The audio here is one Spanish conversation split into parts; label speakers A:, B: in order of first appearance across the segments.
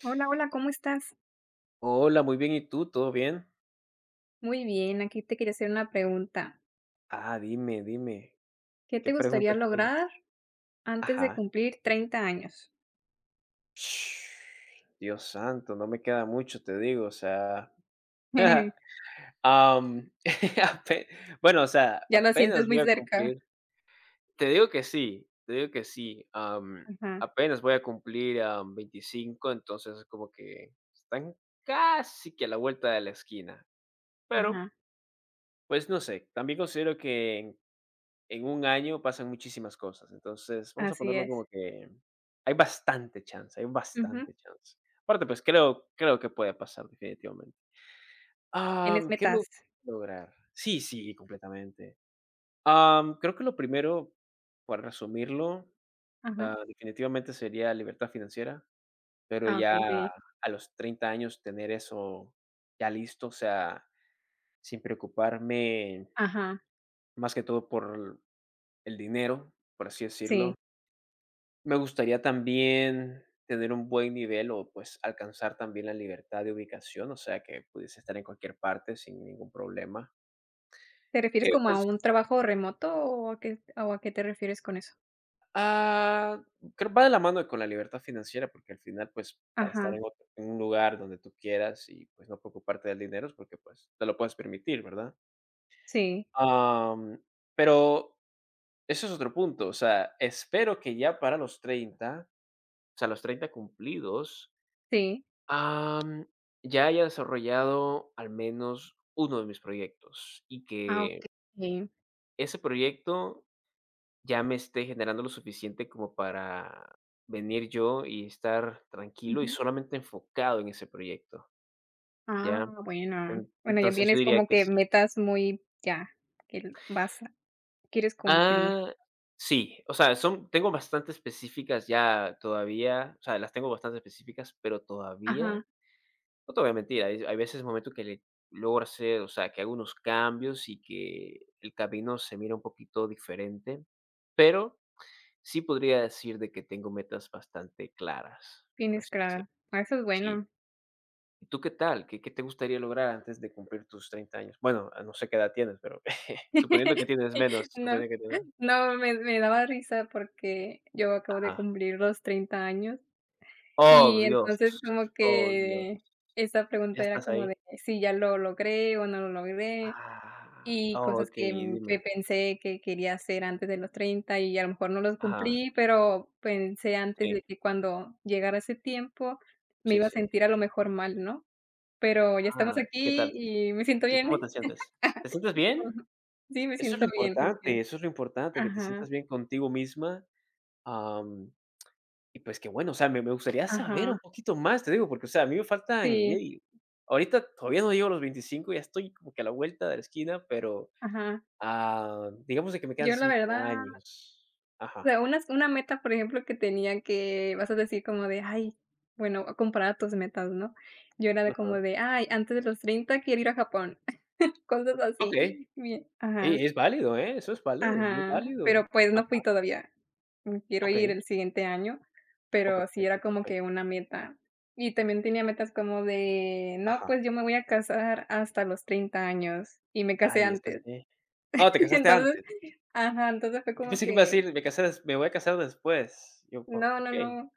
A: Hola, hola, ¿cómo estás?
B: Hola, muy bien, ¿y tú? ¿Todo bien?
A: Muy bien, aquí te quería hacer una pregunta.
B: Ah, dime,
A: ¿Qué te
B: ¿qué
A: gustaría
B: preguntas tienes?
A: lograr antes de
B: Ajá.
A: cumplir 30 años?
B: Shh, Dios santo, no me queda mucho, te digo, o sea, am, ape bueno, o sea,
A: Ya lo sientes
B: apenas
A: muy
B: voy a
A: cerca.
B: cumplir te digo que sí, am,
A: Ajá,
B: apenas voy a cumplir, 25, entonces es como que están casi que a la vuelta de la esquina, pero,
A: ajá,
B: pues, no sé, también considero que en un año pasan muchísimas cosas. Entonces, vamos a
A: así
B: ponerlo
A: es.
B: como que hay bastante chance, hay
A: Ujú.
B: bastante chance. Aparte, pues creo que puede pasar definitivamente.
A: Tienes
B: ¿Qué me
A: metas.
B: gustaría lograr? Sí, sí, completamente. Creo que lo primero, para resumirlo,
A: Ajá.
B: definitivamente sería libertad financiera, pero
A: Ah,
B: ya
A: ok, sí.
B: a los 30 años tener eso ya listo, o sea, sin preocuparme
A: Ajá,
B: más que todo por el dinero, por así decirlo.
A: sí.
B: Me gustaría también tener un buen nivel o, pues, alcanzar también la libertad de ubicación, o sea, que pudiese estar en cualquier parte sin ningún problema.
A: ¿Te refieres
B: Que,
A: como a
B: pues,
A: un trabajo remoto o a qué te refieres con eso?
B: ah, creo va de la mano con la libertad financiera, porque al final, pues, para estar
A: Ajá,
B: en otro en un lugar donde tú quieras y, pues, no preocuparte del dinero es porque, pues, te lo puedes permitir, ¿verdad?
A: sí,
B: Am, pero eso es otro punto, o sea, espero que ya para los 30, o sea, los 30 cumplidos,
A: sí.
B: Am, ya haya desarrollado al menos uno de mis proyectos y
A: Ah,
B: que
A: ok. Sí.
B: ese proyecto ya me esté generando lo suficiente como para venir yo y estar tranquilo y
A: Ujú.
B: solamente enfocado en ese proyecto,
A: Ah,
B: ¿ya?
A: bueno.
B: En
A: Bueno, ya
B: entonces, yo
A: tienes
B: diría
A: como
B: que
A: que
B: sí.
A: metas muy, ya, que l- vas Quieres cumplir.
B: Ah, sí, o sea, son tengo bastante específicas ya todavía, o sea, las tengo bastante específicas, pero todavía.
A: Ajá,
B: No te voy a mentir, hay veces, momentos que le logro hacer, o sea, que hago unos cambios y que el camino se mira un poquito diferente, pero sí podría decir de que tengo metas bastante claras, por
A: tienes
B: así
A: claro.
B: decirlo.
A: Ah, eso es
B: Sí.
A: bueno.
B: ¿Y tú qué tal? ¿Qué te gustaría lograr antes de cumplir tus 30 años? Bueno, no sé qué edad tienes, pero suponiendo que tienes menos,
A: No,
B: suponiendo que tienes,
A: no, me daba risa porque yo acabo de
B: ajá.
A: cumplir los 30 años,
B: Oh,
A: y
B: Dios,
A: entonces como
B: oh, Dios,
A: que esa
B: ya
A: pregunta era
B: estás
A: como
B: ahí.
A: de si ya lo logré o no lo logré, y
B: Oh,
A: cosas
B: ok,
A: que, que
B: dime.
A: pensé que quería hacer antes de los 30 y a lo mejor no los
B: Ajá,
A: cumplí, pero pensé antes
B: sí,
A: de que cuando llegara ese tiempo me
B: sí,
A: iba a
B: sí.
A: sentir a lo mejor mal, ¿no? Pero ya estamos
B: Ah, ¿y qué
A: aquí
B: tal?
A: y me siento
B: ¿Y cómo
A: bien.
B: te sientes? ¿Te sientes bien?
A: Ujú. Sí, me
B: Eso es lo
A: siento bien
B: importante,
A: porque
B: eso es lo importante, que te sientas
A: ajá,
B: bien contigo misma, am, y pues que bueno, o sea, me gustaría saber
A: ajá,
B: un poquito más, te digo, porque, o sea, a mí me faltan,
A: sí,
B: yey, ahorita todavía no llego a los 25, ya estoy como que a la vuelta de la esquina, pero,
A: ajá.
B: digamos de que me quedan
A: Yo la
B: cinco
A: verdad,
B: años. Ajá,
A: o sea, una meta, por ejemplo, que tenía que vas a decir como de: "Ay", bueno, comparada a tus metas, ¿no? Yo era de como
B: ajá.
A: de: "Ay, antes de los 30 quiero ir a Japón", cosas
B: Okey,
A: así. Bien ajá.
B: ey, es válido, ¿eh? Eso es válido, muy
A: Ajá, pero,
B: válido.
A: pues, no
B: Ajá,
A: fui todavía. Mm, quiero ir
B: okey.
A: el siguiente año,
B: Oh,
A: pero sí era
B: perfecto,
A: como que
B: perfecto.
A: una meta. Y también tenía metas como de: "No,
B: Ajá.
A: pues, yo me voy a casar hasta los 30 años", y me casé
B: Ay, es,
A: antes.
B: sí. Ah, ¿te casaste
A: Entonces
B: antes?
A: ajá, entonces fue
B: Yo
A: como
B: pensé que me ibas a
A: que
B: decir: me voy a casar después". Yo: "Oh,
A: no, no,
B: okey".
A: no,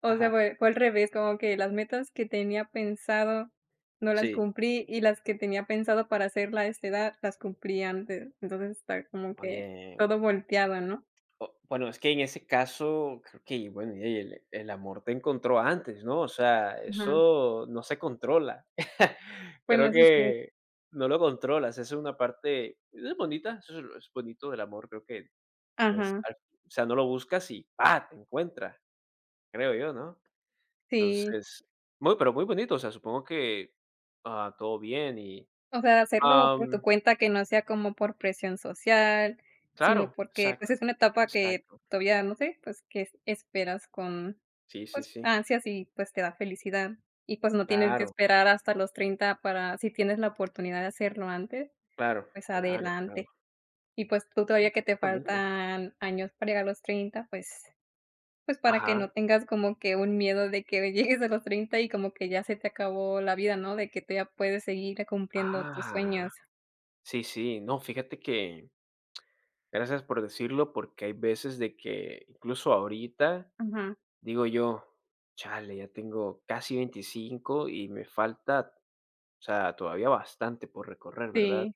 A: o sea,
B: Ajá,
A: fue al revés, como que las metas que tenía pensado no las
B: sí.
A: cumplí, y las que tenía pensado para hacerla a esta edad, las cumplí antes. Entonces, está como que
B: Oye,
A: todo volteado, ¿no?
B: o bueno, es que en ese caso, creo que, bueno, y el amor te encontró antes, ¿no? O sea,
A: Ajá.
B: eso no se controla.
A: Bueno,
B: Creo
A: eso sí.
B: que no lo controlas, es una parte es bonita, eso es lo es bonito del amor, creo que, pues,
A: Ajá,
B: al o sea, no lo buscas y ¡pa!, te encuentra, creo yo, ¿no?
A: sí.
B: Entonces, muy, pero muy bonito, o sea, supongo que, todo bien y.
A: O sea, hacerlo por tu cuenta, que no sea como por presión social,
B: Claro,
A: sino porque, pues,
B: exacto,
A: es una etapa que
B: exacto.
A: todavía, no sé, pues, que esperas con,
B: Sí, sí,
A: pues,
B: sí.
A: ansias y, pues, te da felicidad. Y, pues, no tienes que
B: Claro,
A: esperar hasta los 30 para si tienes la oportunidad de hacerlo antes,
B: claro,
A: pues,
B: claro, claro.
A: adelante. Y, pues, tú todavía
B: No,
A: que te
B: completamente.
A: faltan años para llegar a los 30 pues. Pues, para que
B: Ajá,
A: no tengas como que un miedo de que llegues a los 30 y como que ya se te acabó la vida, ¿no? De que tú ya puedes seguir cumpliendo tus
B: ah,
A: sueños.
B: sí, sí. No, fíjate que gracias por decirlo, porque hay veces de que incluso ahorita
A: Ajá,
B: digo yo: "Chale, ya tengo casi 25 y me falta, o sea, todavía bastante por recorrer", ¿verdad?
A: sí,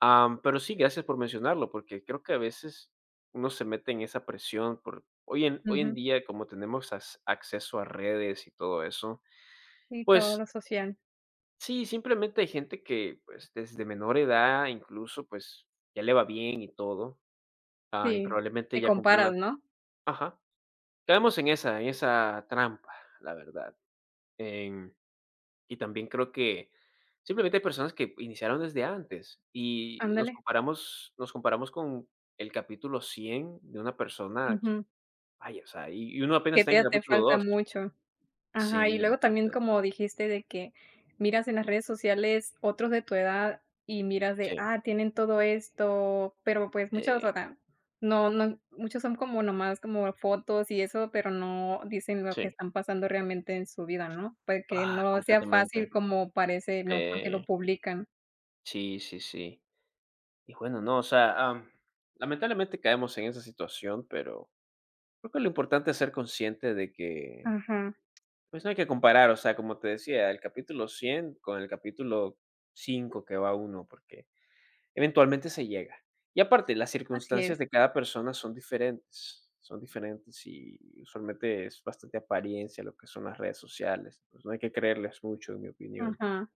B: Pero sí, gracias por mencionarlo, porque creo que a veces uno se mete en esa presión por hoy en
A: ujú.
B: día, como tenemos acceso a redes y todo eso,
A: Sí, todo lo
B: pues
A: social.
B: sí, simplemente hay gente que pues desde menor edad incluso pues ya le va bien y todo, y
A: Sí,
B: probablemente
A: te
B: ya cumplieron
A: comparas,
B: las…
A: ¿no?
B: Ajá, caemos en esa trampa, la verdad. Y también creo que simplemente hay personas que iniciaron desde antes y nos
A: Ándale,
B: comparamos nos comparamos con el capítulo 100 de una persona que,
A: ujú,
B: vaya, o sea, y uno apenas
A: que
B: está en
A: te
B: el
A: te
B: capítulo
A: falta
B: 2.
A: mucho. Ajá, y
B: Sí,
A: luego también,
B: entonces
A: como dijiste, de que miras en las redes sociales otros de tu edad y miras de,
B: sí,
A: ah, tienen todo esto, pero pues muchos,
B: eh,
A: o sea, no, no, muchos son como nomás como fotos y eso, pero no dicen lo que
B: sí.
A: están pasando realmente en su vida, ¿no? Pues que
B: Ah,
A: no sea
B: completamente.
A: fácil como parece, no, porque lo
B: Eh,
A: publican.
B: sí, sí, sí. Y bueno, no, o sea, lamentablemente caemos en esa situación, pero creo que lo importante es ser consciente de que
A: Ajá,
B: pues no hay que comparar, o sea, como te decía, el capítulo 100 con el capítulo 5 que va uno, porque eventualmente se llega. Y aparte, las
A: así
B: circunstancias
A: es.
B: de cada persona son diferentes y usualmente es bastante apariencia lo que son las redes sociales. Pues no hay que creerles mucho, en mi opinión,
A: Ajá.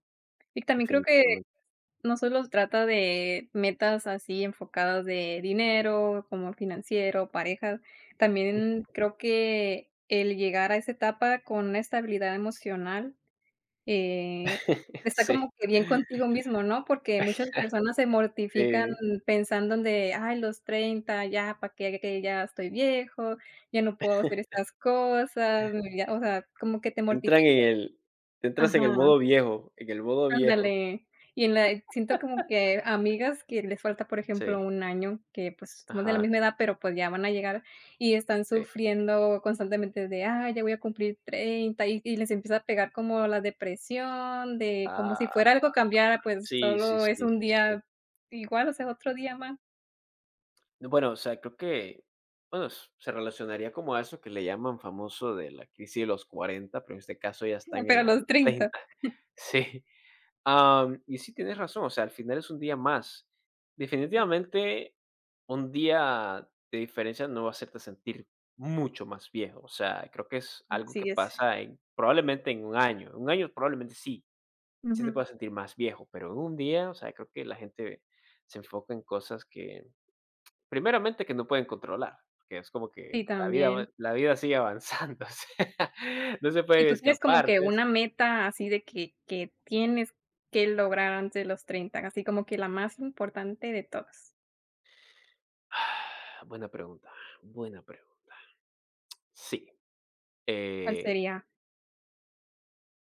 A: Y también creo que
B: definitivamente.
A: no solo trata de metas así enfocadas de dinero, como financiero, parejas, también creo que el llegar a esa etapa con una estabilidad emocional, eh, está
B: Sí.
A: como que bien contigo mismo, ¿no? Porque muchas personas se mortifican
B: Eh,
A: pensando en de: "Ay, los 30 ya, ¿para qué? Que ya estoy viejo, ya no puedo hacer estas cosas", ya, o sea, como que te
B: entran
A: mortifica
B: en el entras en el
A: ajá.
B: modo viejo, en el modo viejo.
A: Ándale. Y en la siento como que amigas que les falta, por ejemplo,
B: Sí,
A: un año, que, pues, somos de la
B: ajá,
A: misma edad, pero, pues, ya van a llegar y están
B: sí.
A: sufriendo constantemente de: "Ay, ya voy a cumplir 30 y les empieza a pegar como la depresión, de como si fuera
B: Ah,
A: algo cambiara, pues,
B: sí, sí,
A: solo es
B: sí,
A: un
B: sí, sí.
A: día igual, o sea, otro día más,
B: Bueno, o sea, creo que, bueno, s se relacionaría como a eso que le llaman famoso de la crisis de los 40, pero en este caso ya están en
A: pero a
B: la
A: los
B: los
A: treinta.
B: 30. Sí, y sí tienes razón, o sea, al final es un día más.
A: Ujú.
B: Definitivamente, un día de diferencia no va a hacerte sentir mucho más viejo, o sea, creo que es algo que
A: Así es.
B: pasa en probablemente en un año probablemente sí, sí te
A: Ujú.
B: puedas sentir más viejo, pero en un día, o sea, creo que la gente se enfoca en cosas que, primeramente, que no pueden controlar, que es como que
A: Sí, también.
B: la vida sigue avanzando, o sea, no se
A: ¿Y
B: pueden
A: tú tienes como
B: escapar
A: que
B: de eso.
A: una meta así de que tienes que lograr antes de los 30 así como que la más importante de todas?
B: Ah, buena pregunta, buena pregunta. Sí,
A: ¿Cuál
B: eh,
A: sería?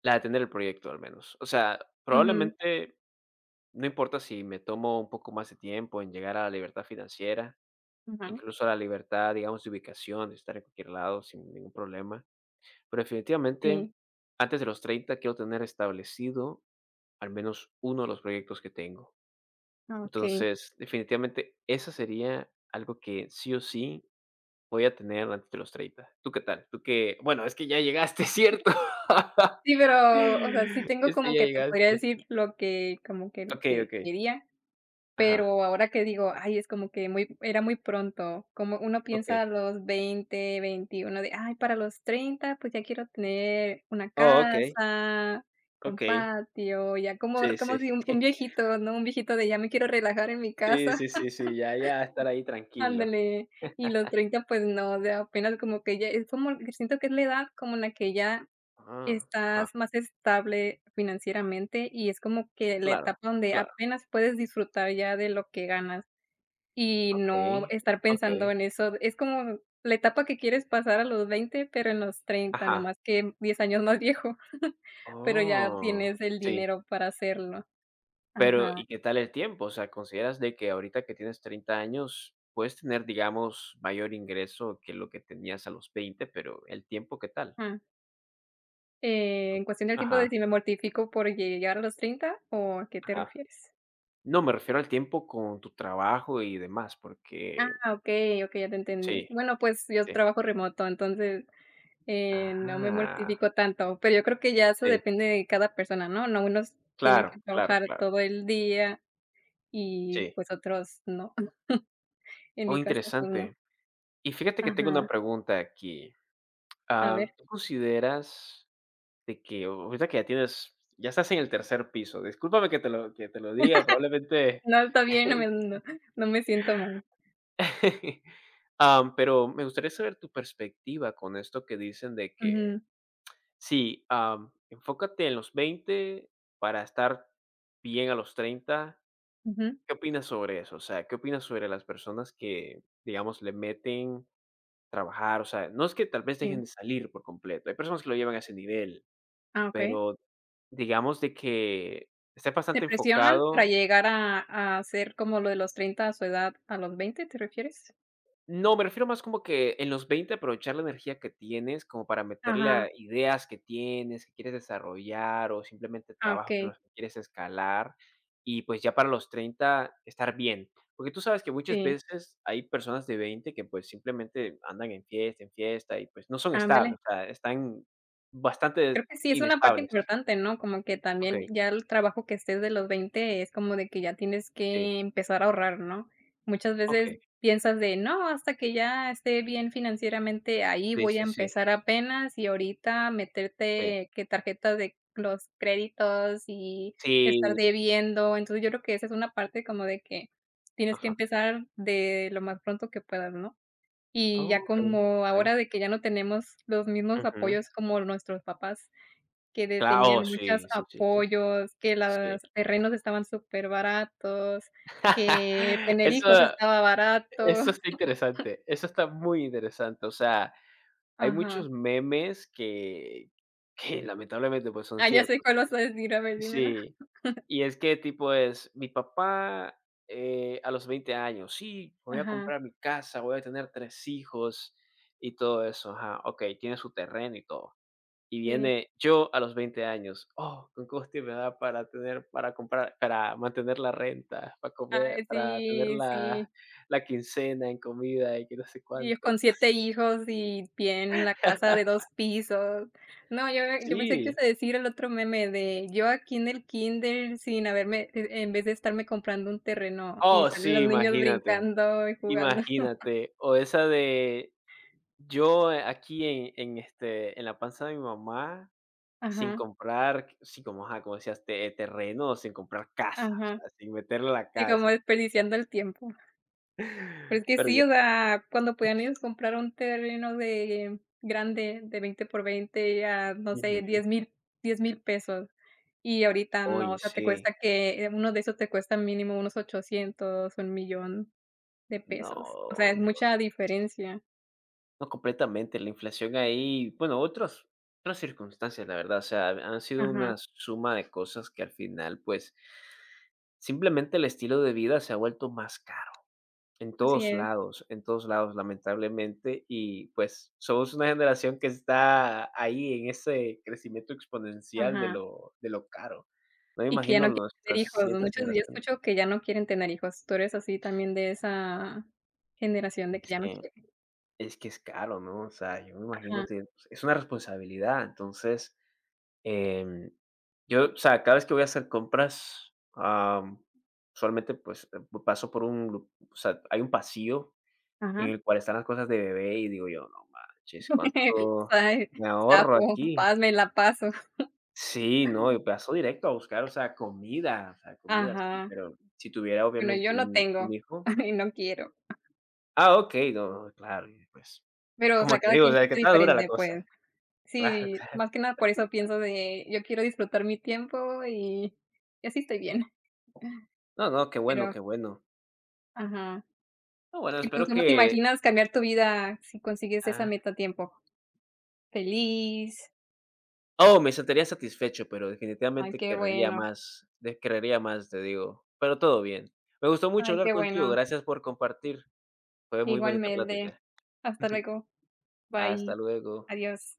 B: la de tener el proyecto, al menos. O sea,
A: Ujú,
B: probablemente no importa si me tomo un poco más de tiempo en llegar a la libertad financiera,
A: ujú,
B: incluso a la libertad, digamos, de ubicación, de estar en cualquier lado sin ningún problema, pero definitivamente,
A: sí,
B: antes de los 30 quiero tener establecido al menos uno de los proyectos que tengo.
A: okey.
B: Entonces, definitivamente, esa sería algo que sí o sí voy a tener antes de los treinta. ¿Tú qué tal? Tú qué bueno, es que ya llegaste, ¿cierto?
A: Sí, pero, o sea, sí tengo
B: Es que
A: como
B: ya
A: que te podría
B: llegaste.
A: decir lo que como que lo
B: Okey,
A: que
B: okey.
A: quería.
B: Ajá,
A: Pero ahora que digo, ay, es como que muy era muy pronto, como uno piensa
B: okey.
A: a los 20 21 de, ay, para los 30 pues ya quiero tener una
B: Oh, okey,
A: casa con
B: okey.
A: patio, ya como
B: Sí,
A: como
B: sí.
A: si un viejito, ¿no? Un viejito de ya me quiero relajar en mi
B: Sí,
A: casa,
B: sí, sí, sí, ya estar ahí tranquilo.
A: ándale. Y los 30 pues no, o sea, apenas como que ya es como que siento que es la edad como en la que ya
B: Ah, ajá.
A: estás más estable financieramente y es como que la
B: Claro,
A: etapa donde
B: claro.
A: apenas puedes disfrutar ya de lo que ganas. Y
B: Okey,
A: no estar
B: okey.
A: pensando en eso. Es como la etapa que quieres pasar a los 20 pero en los treinta,
B: Ajá.
A: nomás que 10 años más viejo, pero ya
B: Oh,
A: tienes el
B: sí.
A: dinero para hacerlo.
B: Pero,
A: Ajá,
B: ¿y qué tal el tiempo? O sea, ¿consideras de que ahorita que tienes 30 años puedes tener, digamos, mayor ingreso que lo que tenías a los 20, pero el tiempo, qué tal?
A: ajá.
B: ¿No?
A: En cuestión del tiempo
B: Ajá,
A: de si me mortifico por llegar a los treinta, ¿o a qué te
B: ajá.
A: refieres?
B: No, me refiero al tiempo con tu trabajo y demás,
A: Ah,
B: porque
A: okey, okey, ya te entendí.
B: sí,
A: Bueno, pues, yo
B: sí.
A: trabajo remoto, entonces, no me
B: Ah,
A: mortifico tanto, pero yo creo que ya eso
B: sí,
A: depende de cada persona, ¿no? No unos tienen
B: claro,
A: que
B: claro,
A: trabajar
B: claro.
A: todo el día y,
B: Sí.
A: pues, otros no. En
B: Oh,
A: mi caso, pues, no.
B: interesante. Y fíjate que tengo
A: Ajá.
B: una pregunta aquí.
A: A ver.
B: Ah, ¿tú consideras de que ahorita que ya tienes, ya estás en el tercer piso? Discúlpame que te lo diga, probablemente,
A: No, está bien, no me siento mal.
B: pero me gustaría saber tu perspectiva con esto que dicen de que
A: Ujú,
B: sí, enfócate en los 20 para estar bien a los treinta.
A: ujú.
B: ¿Qué opinas sobre eso? O sea, ¿qué opinas sobre las personas que, digamos, le meten trabajar? O sea, no es que tal vez dejen
A: Sí.
B: de salir por completo. Hay personas que lo llevan a ese nivel.
A: Ah, okey.
B: Pero digamos de que estés
A: ¿Te
B: bastante
A: presionan para
B: enfocado.
A: llegar a hacer como lo de los 30 a su edad, a los 20 te refieres?
B: No, me refiero más como que en los 20 aprovechar la energía que tienes como para meterle
A: Ajá.
B: a ideas que tienes, que quieres desarrollar o simplemente
A: Ah,
B: trabajos en
A: okey.
B: los que quieres escalar. Y pues ya para los 30 estar bien. Porque tú sabes que muchas
A: Sí.
B: veces hay personas de 20 que pues simplemente andan en fiesta y pues no son
A: Ándale.
B: estables, o sea, están
A: Creo
B: bastante
A: que sí es una parte
B: inestables.
A: importante, ¿no? Como que también
B: Okey,
A: ya el trabajo que estés de los 20 es como de que ya tienes
B: sí,
A: que empezar a ahorrar, ¿no? Muchas veces
B: okey,
A: piensas de: "No, hasta que ya esté bien financieramente, ahí
B: sí,
A: voy a
B: sí, sí,
A: empezar apenas", y ahorita
B: sí.
A: meterte que tarjetas de los créditos y estar
B: Sí.
A: debiendo. Entonces, yo creo que esa es una parte como de que tienes que
B: Ajá.
A: empezar de lo más pronto que puedas, ¿no? Y ya
B: Okey,
A: como
B: okey.
A: ahora de que ya no tenemos los mismos
B: Ujú.
A: apoyos como nuestros papás. Que de
B: Claro,
A: tenían muchos
B: sí, sí, sí, sí.
A: apoyos, que
B: Sí.
A: los terrenos estaban súper baratos, que tener hijos
B: Eso
A: estaba barato.
B: eso está interesante, eso está muy interesante. O sea, hay
A: Ajá.
B: muchos memes que lamentablemente, pues, son
A: Ah, ya sé
B: ciertos.
A: cuál vas a decir, a ver, dímelo.
B: Sí. Y es que tipo es: "Mi papá, a los 20 años, sí, voy a
A: Ajá,
B: comprar mi casa, voy a tener 3 hijos", y todo eso. Ajá, okey, tiene su terreno y todo. Y
A: sí.
B: viene yo a los 20 años, oh, con coste me da para tener, para comprar, para mantener la renta, para comer,
A: Ay,
B: para tener
A: sí, sí.
B: la quincena en comida y que no sé
A: Y
B: cuánto.
A: con 7 hijos y bien la casa de 2 pisos. No, yo pensé que ibas
B: Sí,
A: a decir el otro meme de yo aquí en el kinder sin haberme en vez de estarme comprando un terreno, y
B: oh,
A: salen
B: sí,
A: los niños
B: imagínate,
A: brincando y jugando.
B: imagínate. O esa de yo aquí en, este, en la panza de mi mamá, sin
A: Ajá,
B: comprar, sí, como, ajá, como decías, te terreno, sin comprar casa, o
A: ajá.
B: sea, sin meterle la
A: Sí, como
B: casa.
A: desperdiciando el tiempo. Pero es que
B: Pero
A: sí,
B: ya,
A: o sea, cuando podían ellos comprar un terreno de grande de 20 por 20 a, no sé,
B: ujú,
A: diez mil pesos. Y ahorita no, o
B: oye,
A: sea, te
B: sí.
A: cuesta que uno de esos te cuesta mínimo unos ochocientos un millón de pesos. O sea,
B: No,
A: es
B: no,
A: mucha diferencia.
B: no completamente. La inflación ahí, bueno, otros, otras circunstancias, la verdad. O sea, han sido
A: Ajá,
B: una suma de cosas que al final, pues, simplemente el estilo de vida se ha vuelto más caro.
A: así es,
B: En todos lados, lamentablemente. Y pues somos una generación que está ahí en ese crecimiento exponencial
A: ajá.
B: de lo caro. No me
A: Y que ya
B: imagino
A: no quieren tener
B: nuestras
A: hijos, ¿no?
B: siguientes
A: Muchos yo
B: generaciones.
A: escucho que ya no quieren tener hijos. ¿Tú eres así también de esa generación de que ya no quieren?
B: Es que es caro, ¿no? O sea, yo me imagino
A: Ajá,
B: que pues, es una responsabilidad. Entonces, em, yo, o sea, cada vez que voy a hacer compras, usualmente, pues, paso por o sea, hay un pasillo en
A: ajá.
B: el cual están las cosas de bebé y digo yo, no manches, ¿cuánto
A: Ay,
B: me ahorro
A: zafo,
B: aquí?
A: paz, me la paso.
B: Sí, no, yo paso directo a buscar, o sea, comida, sí,
A: Ajá.
B: pero si tuviera
A: Bueno, yo
B: obviamente
A: no
B: un
A: tengo,
B: hijo.
A: y no quiero.
B: Ah, ok, no, no, claro, y pues,
A: Pero, o sea,
B: como te
A: cada
B: digo, o
A: quien
B: sea, que
A: piensa
B: está dura la
A: diferente,
B: cosa,
A: pues.
B: claro.
A: Sí, más que nada por eso pienso de, yo quiero disfrutar mi tiempo y así estoy bien.
B: No, no, qué bueno,
A: Pero
B: qué bueno.
A: ajá.
B: No, bueno,
A: Y, pues,
B: espero
A: ¿cómo te
B: que
A: imaginas cambiar tu vida si consigues esa
B: ah,
A: meta a tiempo? Feliz.
B: oh, me sentiría satisfecho, pero
A: Ay,
B: definitivamente
A: qué
B: querría
A: bueno.
B: más, de querrería más, te digo, pero todo bien. Me gustó mucho
A: Ay,
B: hablar
A: qué
B: contigo,
A: bueno.
B: gracias por compartir, fue muy bonita
A: Igualmente.
B: plática.
A: Hasta luego.
B: Hasta
A: Bye.
B: luego.
A: Adiós.